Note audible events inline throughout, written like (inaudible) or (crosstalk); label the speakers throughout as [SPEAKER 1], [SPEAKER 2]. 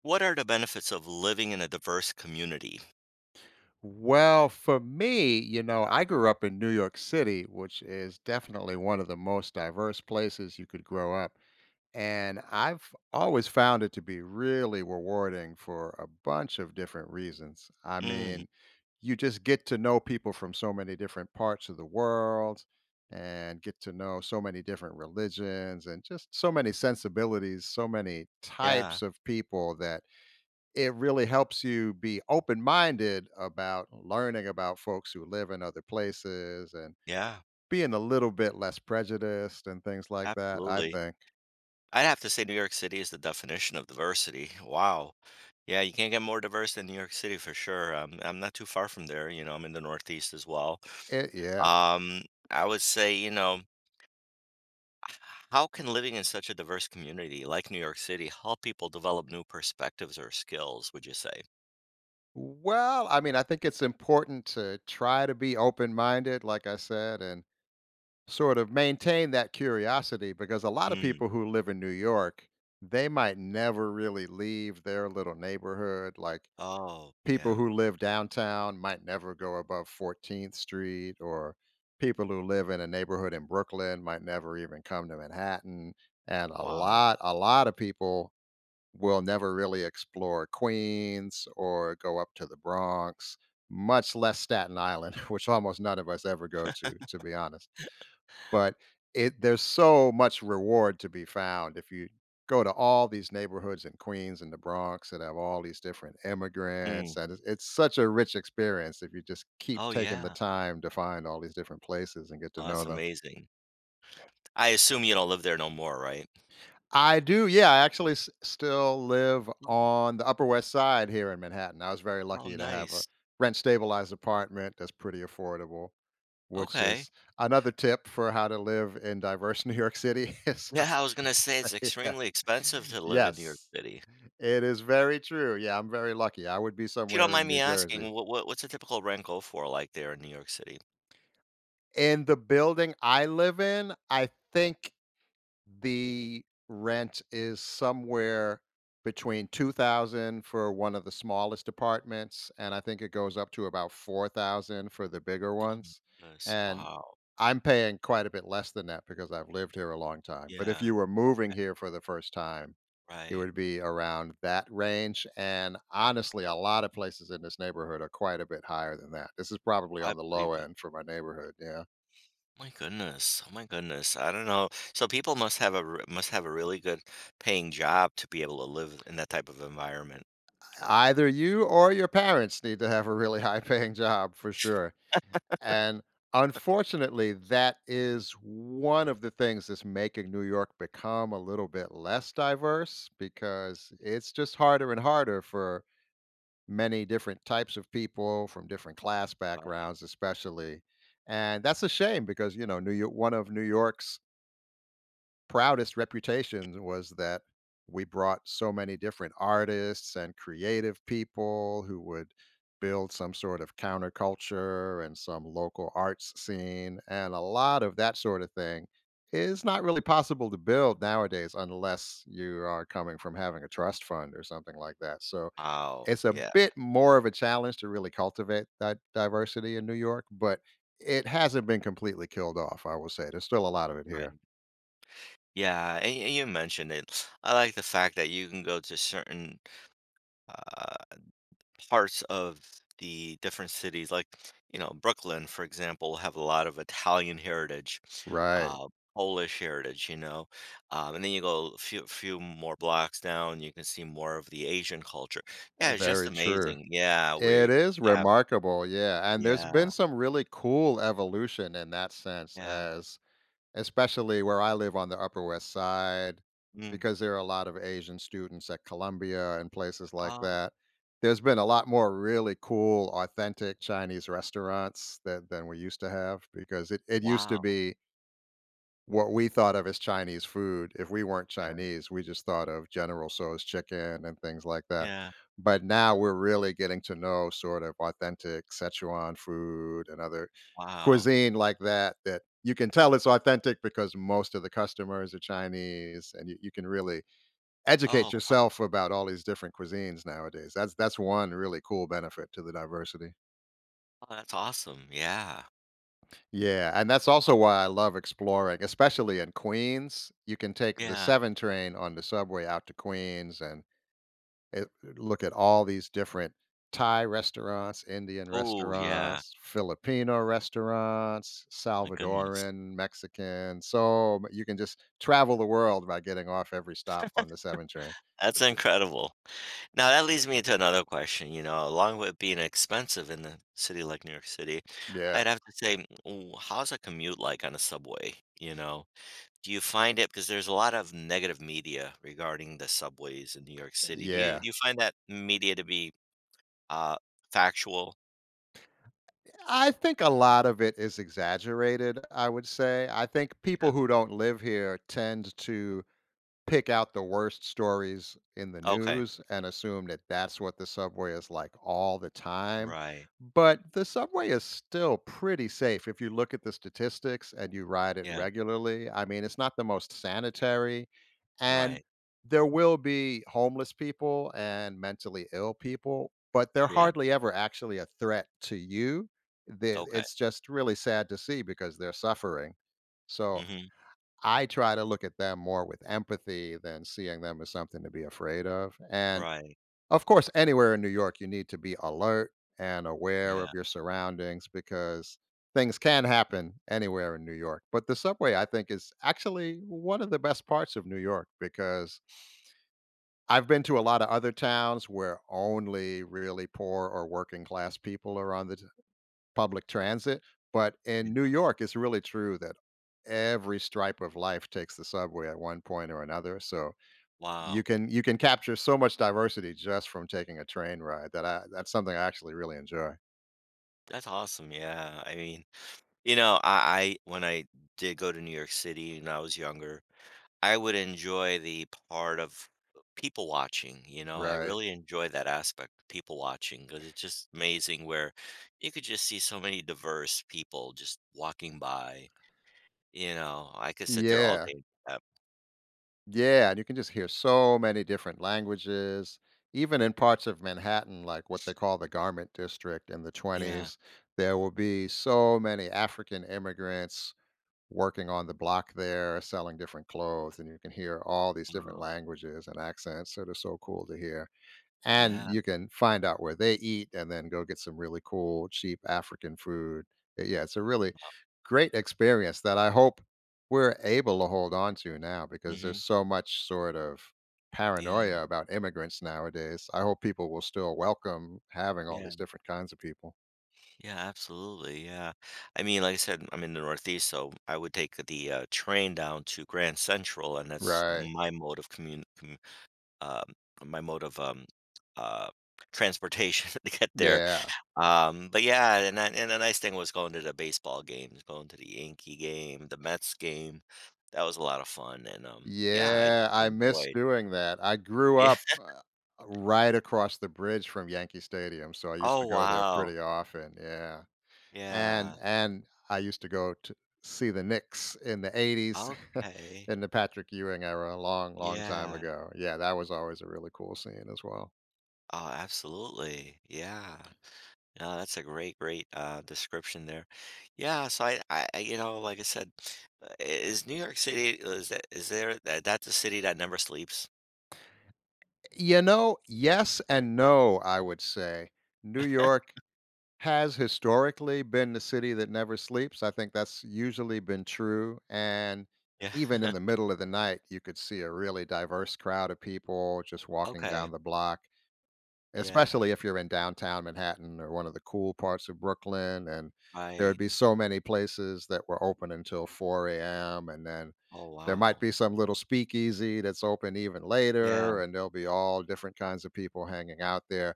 [SPEAKER 1] What are the benefits of living in a diverse community?
[SPEAKER 2] Well, for me, you know, I grew up in New York City, which is definitely one of the most diverse places you could grow up. And I've always found it to be really rewarding for a bunch of different reasons. I
[SPEAKER 1] Mm,
[SPEAKER 2] mean, you just get to know people from so many different parts of the world and get to know so many different religions and just so many sensibilities, so many
[SPEAKER 1] yeah,
[SPEAKER 2] types of people that it really helps you be open minded about learning about folks who live in other places and
[SPEAKER 1] yeah,
[SPEAKER 2] being a little bit less prejudiced and things like that. I
[SPEAKER 1] absolutely.
[SPEAKER 2] think
[SPEAKER 1] I'd have to say New York City is the definition of diversity. Wow. Yeah, you can't get more diverse than New York City for sure. I'm not too far from there. You know, I'm in the Northeast as well.
[SPEAKER 2] yeah.
[SPEAKER 1] Um, I would say, you know, h- how can living in such a diverse community like New York City help people develop new perspectives or skills, would you say?
[SPEAKER 2] Well, I mean, I think it's important to try to be open minded, like I said, and sort of maintain that curiosity because a lot of
[SPEAKER 1] Mm.
[SPEAKER 2] people who live in New York, they might never really leave their little neighborhood. Like,
[SPEAKER 1] Oh,
[SPEAKER 2] people
[SPEAKER 1] yeah.
[SPEAKER 2] who live downtown might never go above 14th Street, or people who live in a neighborhood in Brooklyn might never even come to Manhattan. And a
[SPEAKER 1] Wow.
[SPEAKER 2] lot, a lot of people will never really explore Queens or go up to the Bronx, much less Staten Island, (laughs) which almost none of us ever go to be honest. But it there's so much reward to be found if you go to all these neighborhoods in Queens and the Bronx that have all these different immigrants,
[SPEAKER 1] Mm.
[SPEAKER 2] and it's such a rich experience if you just keep
[SPEAKER 1] Oh,
[SPEAKER 2] taking the
[SPEAKER 1] yeah.
[SPEAKER 2] time to find all these different places and get to
[SPEAKER 1] Oh,
[SPEAKER 2] know
[SPEAKER 1] that's
[SPEAKER 2] them.
[SPEAKER 1] amazing. I assume you don't live there no more, right?
[SPEAKER 2] I do, yeah, I actually s still live
[SPEAKER 1] Oh,
[SPEAKER 2] on the Upper West Side here in Manhattan. I was very
[SPEAKER 1] oh,
[SPEAKER 2] lucky to have a
[SPEAKER 1] nice.
[SPEAKER 2] rent-stabilized apartment that's pretty affordable, which
[SPEAKER 1] Okay.
[SPEAKER 2] is another tip for how to live in diverse (laughs) New York City. (laughs)
[SPEAKER 1] Yeah, I was gonna say it's
[SPEAKER 2] (laughs) Yeah.
[SPEAKER 1] extremely expensive to live in New York
[SPEAKER 2] Yes.
[SPEAKER 1] City.
[SPEAKER 2] It is very true. Yeah, I'm very lucky. I would be
[SPEAKER 1] If you don't
[SPEAKER 2] somewhere in
[SPEAKER 1] mind me
[SPEAKER 2] New Jersey.
[SPEAKER 1] asking, what's a typical rent go for like there in New York City?
[SPEAKER 2] In the building I live in, I think the rent is somewhere between 2,000 for one of the smallest apartments, and I think it goes up to about 4,000 for the bigger
[SPEAKER 1] Oh my
[SPEAKER 2] ones.
[SPEAKER 1] goodness.
[SPEAKER 2] And
[SPEAKER 1] Wow.
[SPEAKER 2] I'm paying quite a bit less than that because I've lived here a long time. But if
[SPEAKER 1] Yeah,
[SPEAKER 2] you were moving here for the first time, it
[SPEAKER 1] right.
[SPEAKER 2] would be around that range, and honestly, a lot of places in this neighborhood are quite a bit higher than that. This is probably
[SPEAKER 1] I
[SPEAKER 2] on the
[SPEAKER 1] believe
[SPEAKER 2] low
[SPEAKER 1] it.
[SPEAKER 2] end for my neighborhood, yeah.
[SPEAKER 1] My goodness. Oh my goodness. I don't know. So people must have a must have a really good paying job to be able to live in that type of environment.
[SPEAKER 2] Either you or your parents need to have a really (laughs) high-paying job for sure, and unfortunately, that is one of the things that's making New York become a little bit less diverse because it's just harder and harder for many different types of people from different class
[SPEAKER 1] Right.
[SPEAKER 2] backgrounds, especially. And that's a shame because, you know, New York, one of New York's proudest reputations was that we brought so many different artists and creative people who would build some sort of counterculture and some local arts scene. And a lot of that sort of thing is not really possible to build nowadays unless you are coming from having a trust fund or something like that. So,
[SPEAKER 1] Wow.
[SPEAKER 2] it's a
[SPEAKER 1] Yeah.
[SPEAKER 2] bit more of a challenge to really cultivate that diversity in New York, but it hasn't been completely killed off, I will say. There's still a lot of it
[SPEAKER 1] Right.
[SPEAKER 2] here.
[SPEAKER 1] Yeah, and you mentioned it. I like the fact that you can go to certain uh, parts of the different cities, like, you know, Brooklyn, for example, have a lot of Italian heritage,
[SPEAKER 2] Right.
[SPEAKER 1] uh, Polish heritage, you know. And then you go few more blocks down, you can see more of the Asian culture. Yeah, it's just
[SPEAKER 2] Very true.
[SPEAKER 1] amazing. Yeah, where
[SPEAKER 2] It
[SPEAKER 1] you
[SPEAKER 2] is
[SPEAKER 1] have,
[SPEAKER 2] remarkable, yeah, and there's
[SPEAKER 1] yeah,
[SPEAKER 2] been some really cool evolution in that sense,
[SPEAKER 1] yeah.
[SPEAKER 2] as especially where I live on the Upper West Side,
[SPEAKER 1] Mm.
[SPEAKER 2] because there are a lot of Asian students at Columbia and places like
[SPEAKER 1] Oh,
[SPEAKER 2] that. There's been a lot more really cool, authentic Chinese restaurants that than we used to have because it used to
[SPEAKER 1] wow.
[SPEAKER 2] be what we thought of as Chinese food. If we weren't
[SPEAKER 1] Yeah,
[SPEAKER 2] Chinese, we just thought of General Tso's chicken and things like that.
[SPEAKER 1] yeah,
[SPEAKER 2] But now we're really getting to know sort of authentic Sichuan food and other
[SPEAKER 1] wow.
[SPEAKER 2] cuisine like that, that you can tell it's authentic because most of the customers are Chinese, and you can really
[SPEAKER 1] Oh,
[SPEAKER 2] educate yourself about all these different cuisines nowadays. That's one really cool benefit to the diversity.
[SPEAKER 1] wow, that's awesome. Yeah,
[SPEAKER 2] Yeah, and that's also why I love exploring, especially in Queens. You can take the
[SPEAKER 1] yeah.
[SPEAKER 2] 7 train on the subway out to Queens and look at all these different Thai restaurants, Indian
[SPEAKER 1] Oh, yeah.
[SPEAKER 2] restaurants, Filipino restaurants,
[SPEAKER 1] Oh my goodness.
[SPEAKER 2] Salvadoran, Mexican. So you can just travel the world by getting off every stop on the 7 train.
[SPEAKER 1] That's
[SPEAKER 2] It's b-
[SPEAKER 1] incredible. Now that leads me to another question, you know, along with being expensive in a city like New York City,
[SPEAKER 2] Yeah,
[SPEAKER 1] I'd have to say, mm, how's a commute like on a subway, you know? Do you find it because there's a lot of negative media regarding the subways in New York City. Do you
[SPEAKER 2] yeah.
[SPEAKER 1] do you find that media to be uh factual?
[SPEAKER 2] I think a lot of it is exaggerated, I would say. I think
[SPEAKER 1] Yeah.
[SPEAKER 2] people who don't live here tend to pick out the worst stories in the
[SPEAKER 1] Okay.
[SPEAKER 2] news and assume that that's what the subway is like all the time.
[SPEAKER 1] Right.
[SPEAKER 2] But the subway is still pretty safe if you look at the statistics and you ride it
[SPEAKER 1] Yeah.
[SPEAKER 2] regularly. I mean, it's not the most sanitary, and
[SPEAKER 1] Right.
[SPEAKER 2] there will be homeless people and mentally ill people, but they're
[SPEAKER 1] Yeah.
[SPEAKER 2] hardly ever actually a threat to you.
[SPEAKER 1] Okay.
[SPEAKER 2] It's just really sad to see because they're suffering. So
[SPEAKER 1] Mhm.
[SPEAKER 2] I try to look at them more with empathy than seeing them as something to be afraid of. And
[SPEAKER 1] Right.
[SPEAKER 2] of course, anywhere in New York, you need to be alert and aware of
[SPEAKER 1] Yeah.
[SPEAKER 2] your surroundings because things can happen anywhere in New York. But the subway, I think, is actually one of the best parts of New York because I've been to a lot of other towns where only really poor or working class people are on the public transit, but in New
[SPEAKER 1] Yeah.
[SPEAKER 2] York, it's really true that every stripe of life takes the subway at one point or another. So you
[SPEAKER 1] Wow.
[SPEAKER 2] can you can capture so much diversity just from taking a train ride that's something I actually really enjoy.
[SPEAKER 1] That's awesome. Yeah. I mean, I when I did go to New York City when I was younger, I would enjoy the part of people watching. You know, I
[SPEAKER 2] Right.
[SPEAKER 1] really enjoy that aspect, people watching, because it's just amazing where you could just see so many diverse people just walking by. You know, I could sit there all
[SPEAKER 2] Yeah.
[SPEAKER 1] day with that.
[SPEAKER 2] Yeah. And you can just hear so many different languages. Even in parts of Manhattan, like what they call the garment district in the
[SPEAKER 1] Yeah.
[SPEAKER 2] 20s, there will be so many African immigrants working on the block there, selling different clothes, and you can hear all these different
[SPEAKER 1] Wow.
[SPEAKER 2] languages and accents that are so cool to hear. And
[SPEAKER 1] Yeah.
[SPEAKER 2] you can find out where they eat and then go get some really cool, cheap African food. Yeah, it's a really great experience that I hope we're able to hold on to now because there's
[SPEAKER 1] Hmm.
[SPEAKER 2] so much sort of
[SPEAKER 1] Yeah.
[SPEAKER 2] paranoia about immigrants nowadays. I hope people will still welcome having all
[SPEAKER 1] Yeah.
[SPEAKER 2] these different kinds of people.
[SPEAKER 1] Yeah, absolutely. Yeah. I mean, like I said, I'm in the Northeast, so I would take the train down to Grand Central, and that's
[SPEAKER 2] Right.
[SPEAKER 1] my mode of commun commu um, my mode of uh, transportation (laughs) to get there.
[SPEAKER 2] Yeah.
[SPEAKER 1] But yeah, and I, and the nice thing was going to the baseball games, going to the Yankee game, the Mets game. That was a lot of fun, and yeah, I
[SPEAKER 2] Yeah,
[SPEAKER 1] just
[SPEAKER 2] I miss
[SPEAKER 1] enjoyed. (laughs)
[SPEAKER 2] doing that. I grew
[SPEAKER 1] Yeah.
[SPEAKER 2] up, right across the bridge from Yankee Stadium, so I used to
[SPEAKER 1] Oh,
[SPEAKER 2] go there
[SPEAKER 1] wow.
[SPEAKER 2] pretty often, yeah. And
[SPEAKER 1] Yeah.
[SPEAKER 2] and I used to go to see the Knicks in the '80s (laughs)
[SPEAKER 1] Okay.
[SPEAKER 2] in the Patrick Ewing era a long, long time
[SPEAKER 1] Yeah.
[SPEAKER 2] ago. Yeah, that was always a really cool scene as well.
[SPEAKER 1] Oh, absolutely. Yeah. No, that's a great, great description there. Yeah, so you know, like I said, is New York City is there that that's a city that never sleeps?
[SPEAKER 2] You know, yes and no, I would say. New
[SPEAKER 1] (laughs)
[SPEAKER 2] York has historically been the city that never sleeps. I think that's usually been true. And
[SPEAKER 1] Yeah.
[SPEAKER 2] even in the
[SPEAKER 1] (laughs)
[SPEAKER 2] middle of the night, you could see a really diverse crowd of people just walking
[SPEAKER 1] Okay.
[SPEAKER 2] down the block,
[SPEAKER 1] Yeah.
[SPEAKER 2] especially if you're in downtown Manhattan or one of the cool parts of Brooklyn. And there would
[SPEAKER 1] Right.
[SPEAKER 2] be so many places that were open until 4 a.m. And then
[SPEAKER 1] Oh,
[SPEAKER 2] there might
[SPEAKER 1] wow.
[SPEAKER 2] be some little speakeasy that's open even
[SPEAKER 1] Yeah.
[SPEAKER 2] later, and there'll be all different kinds of people hanging out there,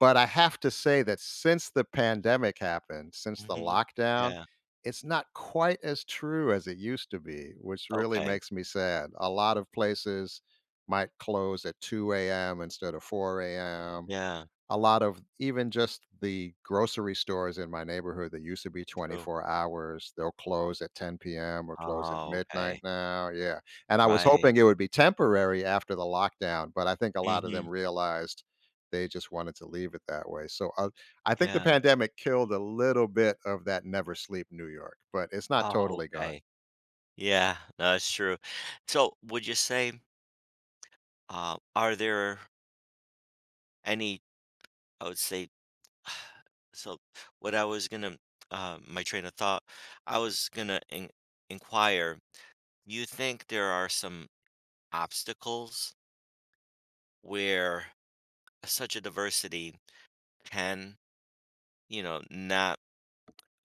[SPEAKER 2] but I have to say that since the pandemic happened, since the
[SPEAKER 1] Hmm.
[SPEAKER 2] lockdown,
[SPEAKER 1] Yeah.
[SPEAKER 2] it's not quite as true as it used to be, which really
[SPEAKER 1] Okay.
[SPEAKER 2] makes me sad. A lot of places might close at 2 a.m. instead of 4 a.m.
[SPEAKER 1] Yeah.
[SPEAKER 2] A lot of even just the grocery stores in my neighborhood that used to be
[SPEAKER 1] True.
[SPEAKER 2] 24 hours, they'll close at 10 p.m. or close at
[SPEAKER 1] Oh,
[SPEAKER 2] midnight
[SPEAKER 1] okay.
[SPEAKER 2] now. Yeah. And I was
[SPEAKER 1] Right.
[SPEAKER 2] hoping it would be temporary after the lockdown, but I think a lot of them
[SPEAKER 1] Hmm.
[SPEAKER 2] realized they just wanted to leave it that way. So I think the
[SPEAKER 1] Yeah.
[SPEAKER 2] pandemic killed a little bit of that never sleep New York, but it's not
[SPEAKER 1] Oh,
[SPEAKER 2] totally gone.
[SPEAKER 1] okay. Yeah. No, that's true. So, would you say, are there any, I would say, (sighs) So what I was gonna, my train of thought, I was gonna in inquire, you think there are some obstacles where such a diversity can, you know, not,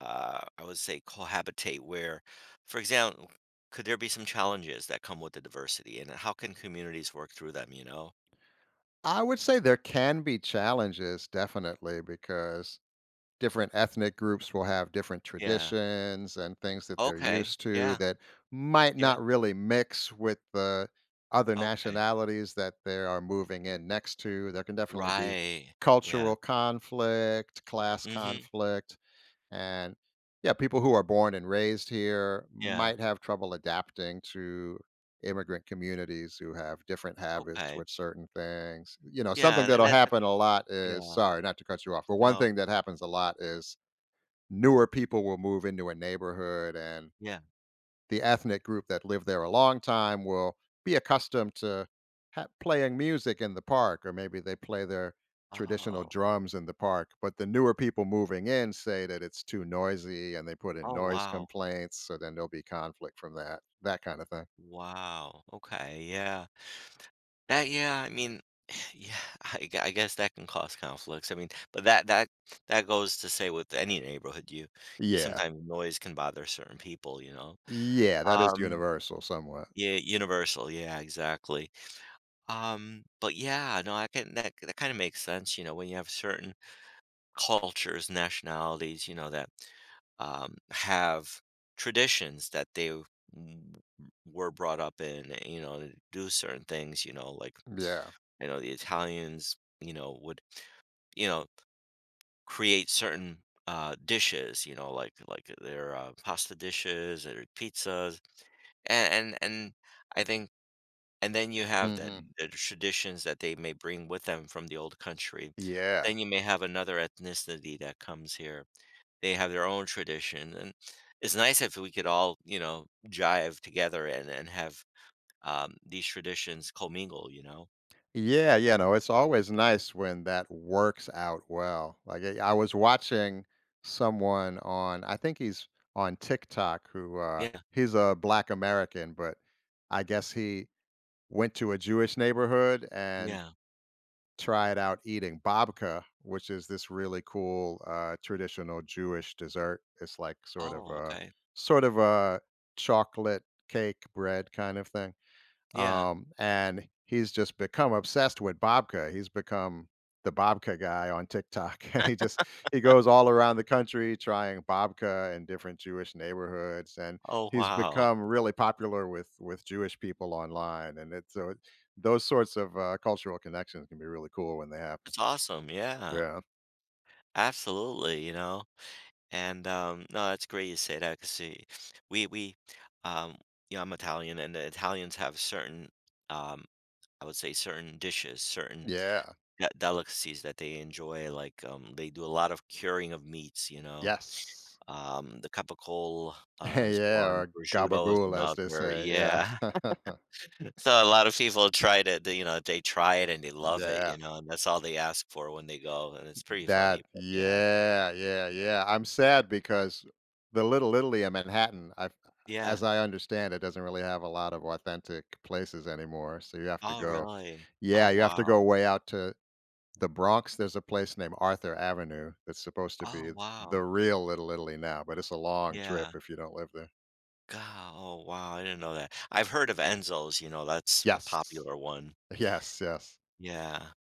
[SPEAKER 1] I would say cohabitate where, for example, could there be some challenges that come with the diversity and how can communities work through them, you know?
[SPEAKER 2] I would say there can be challenges, definitely, because different ethnic groups will have different
[SPEAKER 1] Yeah.
[SPEAKER 2] traditions and things that they're
[SPEAKER 1] Okay.
[SPEAKER 2] used to
[SPEAKER 1] Yeah.
[SPEAKER 2] that might
[SPEAKER 1] Yeah.
[SPEAKER 2] not really mix with the other
[SPEAKER 1] Okay.
[SPEAKER 2] nationalities that they are moving in next to. There can definitely be
[SPEAKER 1] Right. Yeah.
[SPEAKER 2] cultural conflict, class
[SPEAKER 1] Hmm.
[SPEAKER 2] conflict, and yeah, people who are born and raised here
[SPEAKER 1] Yeah.
[SPEAKER 2] might have trouble adapting to immigrant communities who have different habits
[SPEAKER 1] Okay.
[SPEAKER 2] with certain things. You know, something
[SPEAKER 1] Yeah. And
[SPEAKER 2] that'll
[SPEAKER 1] that.
[SPEAKER 2] happen a lot is,
[SPEAKER 1] Yeah,
[SPEAKER 2] sorry, not to cut you off, but one
[SPEAKER 1] no,
[SPEAKER 2] thing that happens a lot is newer people will move into a neighborhood, and
[SPEAKER 1] yeah.
[SPEAKER 2] the ethnic group that lived there a long time will be accustomed to playing music in the park, or maybe they play their traditional
[SPEAKER 1] Oh,
[SPEAKER 2] drums in the park. But the newer people moving in say that it's too noisy and they put in
[SPEAKER 1] oh,
[SPEAKER 2] noise
[SPEAKER 1] wow.
[SPEAKER 2] complaints. So then there'll be conflict from that, that kind of thing.
[SPEAKER 1] Wow, okay, yeah. That yeah, I mean, (sighs) yeah, I guess that can cause conflicts, I mean, but that goes to say with any neighborhood, you
[SPEAKER 2] Yeah.
[SPEAKER 1] sometimes noise can bother certain people, you know?
[SPEAKER 2] Yeah. That is
[SPEAKER 1] Um,
[SPEAKER 2] universal somewhat.
[SPEAKER 1] yeah, universal, yeah, exactly. But yeah, no, I can that kinda makes sense, you know, when you have certain cultures, nationalities, you know, that have traditions that w- were brought up in, eh, you know, to do certain things, you know, like,
[SPEAKER 2] Yeah.
[SPEAKER 1] you know, the Italians, you know, would, you know, create certain dishes, you know, like their pasta dishes or pizzas. And, and, and I think, and then you have that
[SPEAKER 2] Hmm.
[SPEAKER 1] the traditions that they may bring with them from the old country. But
[SPEAKER 2] Yeah.
[SPEAKER 1] then you may have another ethnicity that comes here, they have their own tradition, and it's nice if we could all, you know, jive together and have these traditions commingle. You know?
[SPEAKER 2] Yeah, you know, it's always nice when that works out well. Like, I was watching someone on, I think he's on TikTok, who
[SPEAKER 1] Yeah,
[SPEAKER 2] he's a black American, but I guess he went to a Jewish neighborhood and
[SPEAKER 1] yeah.
[SPEAKER 2] tried out eating babka, which is this really cool traditional Jewish dessert. It's like
[SPEAKER 1] Oh, okay.
[SPEAKER 2] sort of a chocolate cake bread kind of thing,
[SPEAKER 1] Yeah.
[SPEAKER 2] and he's just become obsessed with babka. He's become the babka guy on TikTok, (laughs) and he just, he goes all around the country trying babka in different Jewish neighborhoods, and
[SPEAKER 1] Oh,
[SPEAKER 2] he's
[SPEAKER 1] wow.
[SPEAKER 2] become really popular with Jewish people online. And it's so it, those sorts of cultural connections can be really cool when they happen.
[SPEAKER 1] That's awesome. Yeah,
[SPEAKER 2] Yeah,
[SPEAKER 1] absolutely. You know, and no, that's great you say that because we um, you know, I'm Italian, and the Italians have certain um, I would say certain dishes, certain
[SPEAKER 2] yeah,
[SPEAKER 1] delicacies that they enjoy. Like they do a lot of curing of meats, you know.
[SPEAKER 2] yes,
[SPEAKER 1] The capicola,
[SPEAKER 2] (laughs)
[SPEAKER 1] is
[SPEAKER 2] yeah,
[SPEAKER 1] one,
[SPEAKER 2] or
[SPEAKER 1] prosciutto is
[SPEAKER 2] gabagool as they
[SPEAKER 1] another,
[SPEAKER 2] say. Yeah,
[SPEAKER 1] yeah. (laughs) So a lot of people try to they, you know, they try it and they
[SPEAKER 2] (laughs)
[SPEAKER 1] love it,
[SPEAKER 2] yeah.
[SPEAKER 1] you know, and that's all they ask for when they go, and it's pretty funny,
[SPEAKER 2] That
[SPEAKER 1] but yeah.
[SPEAKER 2] Yeah, yeah, yeah. I'm sad because the Little Italy in Manhattan, I
[SPEAKER 1] Yeah.
[SPEAKER 2] as I understand, it doesn't really have a lot of authentic places anymore, so you have to
[SPEAKER 1] Oh,
[SPEAKER 2] go,
[SPEAKER 1] really?
[SPEAKER 2] yeah,
[SPEAKER 1] Oh,
[SPEAKER 2] you have to
[SPEAKER 1] wow.
[SPEAKER 2] go way out to the Bronx. There's a place named Arthur Avenue that's supposed to
[SPEAKER 1] Oh,
[SPEAKER 2] be the
[SPEAKER 1] wow.
[SPEAKER 2] real Little Italy now, but it's a long trip
[SPEAKER 1] Yeah.
[SPEAKER 2] if you don't live there.
[SPEAKER 1] God. Oh, wow, I didn't know that. I've heard of Enzo's, you know, that's a
[SPEAKER 2] Yes.
[SPEAKER 1] popular one.
[SPEAKER 2] Yes, yes.
[SPEAKER 1] Yeah.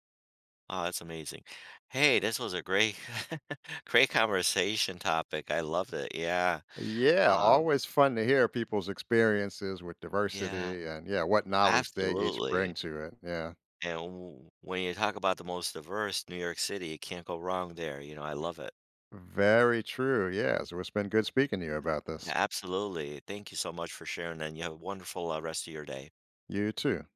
[SPEAKER 1] Oh, that's amazing. Hey, this was a great (laughs) great conversation topic, I loved it, yeah.
[SPEAKER 2] Yeah,
[SPEAKER 1] Um,
[SPEAKER 2] always fun to hear people's experiences with
[SPEAKER 1] yeah.
[SPEAKER 2] diversity and, yeah, what knowledge they each bring
[SPEAKER 1] Absolutely,
[SPEAKER 2] to it, yeah.
[SPEAKER 1] and w when you talk about the most diverse, New York City, you can't go wrong there, you know, I love it.
[SPEAKER 2] Very true. Yes, so it's been good speaking to you about
[SPEAKER 1] Yeah,
[SPEAKER 2] this.
[SPEAKER 1] absolutely, thank you so much for sharing, and you have a wonderful, rest of your day.
[SPEAKER 2] You too.